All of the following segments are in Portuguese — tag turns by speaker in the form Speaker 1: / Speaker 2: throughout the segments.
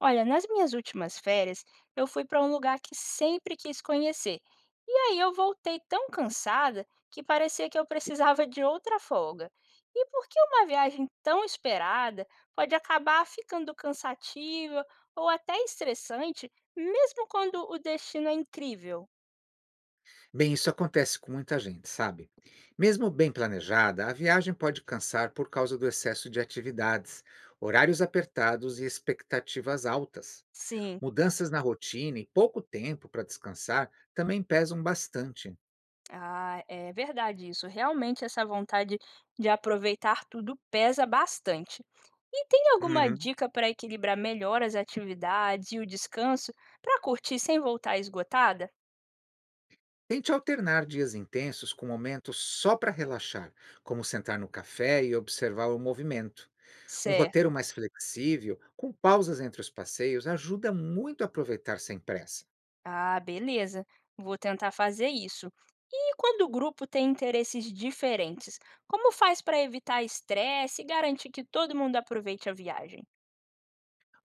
Speaker 1: Olha, nas minhas últimas férias, eu fui para um lugar que sempre quis conhecer. E aí eu voltei tão cansada que parecia que eu precisava de outra folga. E por que uma viagem tão esperada pode acabar ficando cansativa ou até estressante, mesmo quando o destino é incrível?
Speaker 2: Bem, isso acontece com muita gente, sabe? Mesmo bem planejada, a viagem pode cansar por causa do excesso de atividades, horários apertados e expectativas altas.
Speaker 1: Sim.
Speaker 2: Mudanças na rotina e pouco tempo para descansar também pesam bastante.
Speaker 1: Ah, é verdade isso. Realmente essa vontade de aproveitar tudo pesa bastante. E tem alguma
Speaker 2: Uhum.
Speaker 1: dica para equilibrar melhor as atividades e o descanso para curtir sem voltar esgotada?
Speaker 2: Tente alternar dias intensos com momentos só para relaxar, como sentar no café e observar o movimento. Um roteiro
Speaker 1: Certo.
Speaker 2: mais flexível, com pausas entre os passeios, ajuda muito a aproveitar sem pressa.
Speaker 1: Ah, beleza. Vou tentar fazer isso. E quando o grupo tem interesses diferentes, como faz para evitar estresse e garantir que todo mundo aproveite a viagem?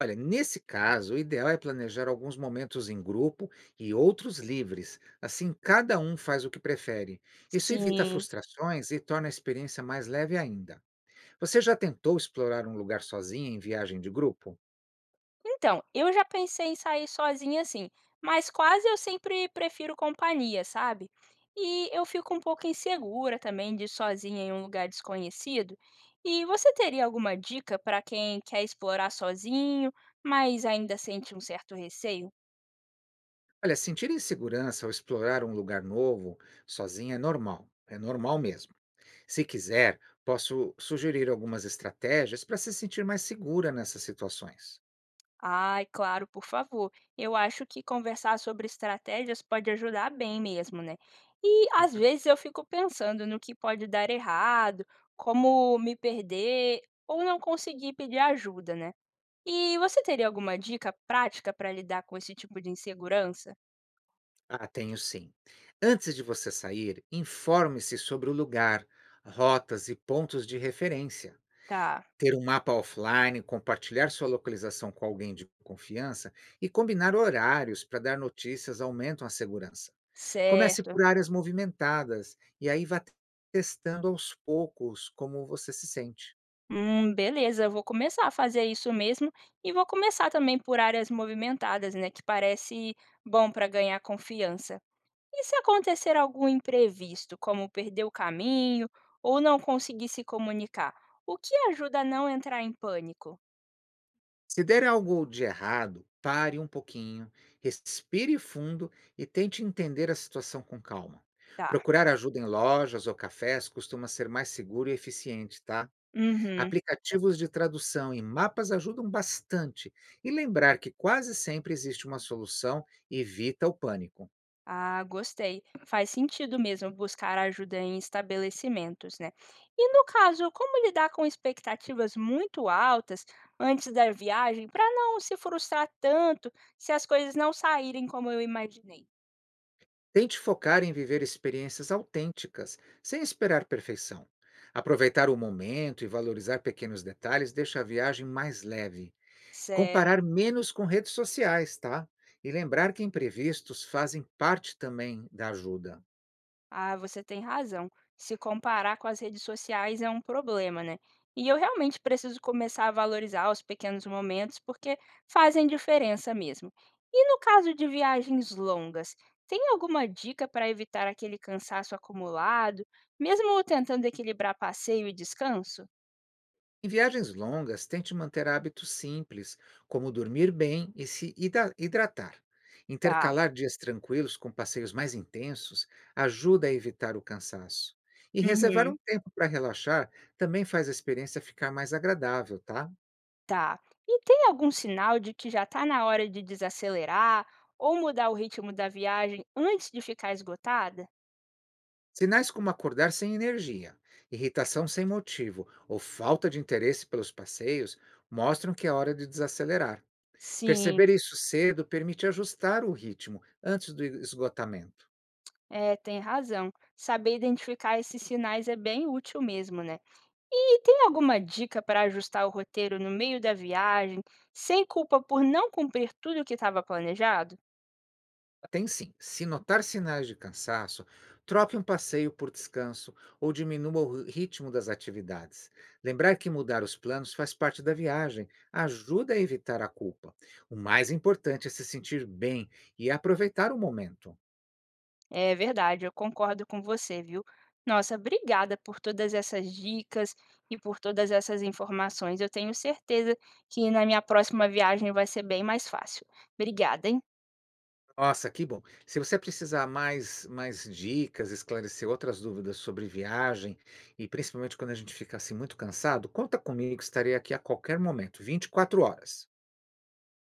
Speaker 2: Olha, nesse caso, o ideal é planejar alguns momentos em grupo e outros livres. Assim, cada um faz o que prefere. Isso evita
Speaker 1: Sim.
Speaker 2: frustrações e torna a experiência mais leve ainda. Você já tentou explorar um lugar sozinha em viagem de grupo?
Speaker 1: Então, eu já pensei em sair sozinha assim, mas quase eu sempre prefiro companhia, sabe? E eu fico um pouco insegura também de ir sozinha em um lugar desconhecido. E você teria alguma dica para quem quer explorar sozinho, mas ainda sente um certo receio?
Speaker 2: Olha, sentir insegurança ao explorar um lugar novo sozinha é normal. É normal mesmo. Se quiser, posso sugerir algumas estratégias para se sentir mais segura nessas situações.
Speaker 1: Ai, claro, por favor. Eu acho que conversar sobre estratégias pode ajudar bem mesmo, né? E às vezes eu fico pensando no que pode dar errado, como me perder ou não conseguir pedir ajuda, né? E você teria alguma dica prática para lidar com esse tipo de insegurança?
Speaker 2: Ah, tenho sim. Antes de você sair, informe-se sobre o lugar, rotas e pontos de referência.
Speaker 1: Tá,
Speaker 2: Ter um mapa offline, compartilhar sua localização com alguém de confiança e combinar horários para dar notícias aumentam a segurança. Comece
Speaker 1: certo.
Speaker 2: por áreas movimentadas e aí testando aos poucos como você se sente.
Speaker 1: Beleza, eu vou começar a fazer isso mesmo e vou começar também por áreas movimentadas, né? Que parece bom para ganhar confiança. E se acontecer algum imprevisto, como perder o caminho ou não conseguir se comunicar, o que ajuda a não entrar em pânico?
Speaker 2: Se der algo de errado, pare um pouquinho, respire fundo e tente entender a situação com calma.
Speaker 1: Tá.
Speaker 2: Procurar ajuda em lojas ou cafés costuma ser mais seguro e eficiente, tá?
Speaker 1: Uhum.
Speaker 2: Aplicativos de tradução e mapas ajudam bastante, e lembrar que quase sempre existe uma solução evita o pânico.
Speaker 1: Ah, gostei. Faz sentido mesmo buscar ajuda em estabelecimentos, né? E no caso, como lidar com expectativas muito altas antes da viagem para não se frustrar tanto se as coisas não saírem como eu imaginei?
Speaker 2: Tente focar em viver experiências autênticas, sem esperar perfeição. Aproveitar o momento e valorizar pequenos detalhes deixa a viagem mais leve.
Speaker 1: Certo.
Speaker 2: Comparar menos com redes sociais, tá? E lembrar que imprevistos fazem parte também da ajuda.
Speaker 1: Ah, você tem razão. Se comparar com as redes sociais é um problema, né? E eu realmente preciso começar a valorizar os pequenos momentos porque fazem diferença mesmo. E no caso de viagens longas, tem alguma dica para evitar aquele cansaço acumulado, mesmo tentando equilibrar passeio e descanso?
Speaker 2: Em viagens longas, tente manter hábitos simples, como dormir bem e se hidratar.
Speaker 1: Tá.
Speaker 2: Intercalar dias tranquilos com passeios mais intensos ajuda a evitar o cansaço. E reservar
Speaker 1: Uhum,
Speaker 2: um tempo para relaxar também faz a experiência ficar mais agradável, tá?
Speaker 1: tá. E tem algum sinal de que já está na hora de desacelerar ou mudar o ritmo da viagem antes de ficar esgotada?
Speaker 2: Sinais como acordar sem energia, irritação sem motivo ou falta de interesse pelos passeios mostram que é hora de desacelerar.
Speaker 1: Sim.
Speaker 2: Perceber isso cedo permite ajustar o ritmo antes do esgotamento.
Speaker 1: É, tem razão. Saber identificar esses sinais é bem útil mesmo, né? E tem alguma dica para ajustar o roteiro no meio da viagem, sem culpa por não cumprir tudo o que estava planejado?
Speaker 2: Tem sim, se notar sinais de cansaço, troque um passeio por descanso ou diminua o ritmo das atividades. Lembrar que mudar os planos faz parte da viagem, ajuda a evitar a culpa. O mais importante é se sentir bem e aproveitar o momento.
Speaker 1: É verdade, eu concordo com você, viu? Nossa, obrigada por todas essas dicas e por todas essas informações. Eu tenho certeza que na minha próxima viagem vai ser bem mais fácil. Obrigada, hein?
Speaker 2: Nossa, que bom. Se você precisar mais dicas, esclarecer outras dúvidas sobre viagem, e principalmente quando a gente fica, assim, muito cansado, conta comigo, estarei aqui a qualquer momento, 24 horas.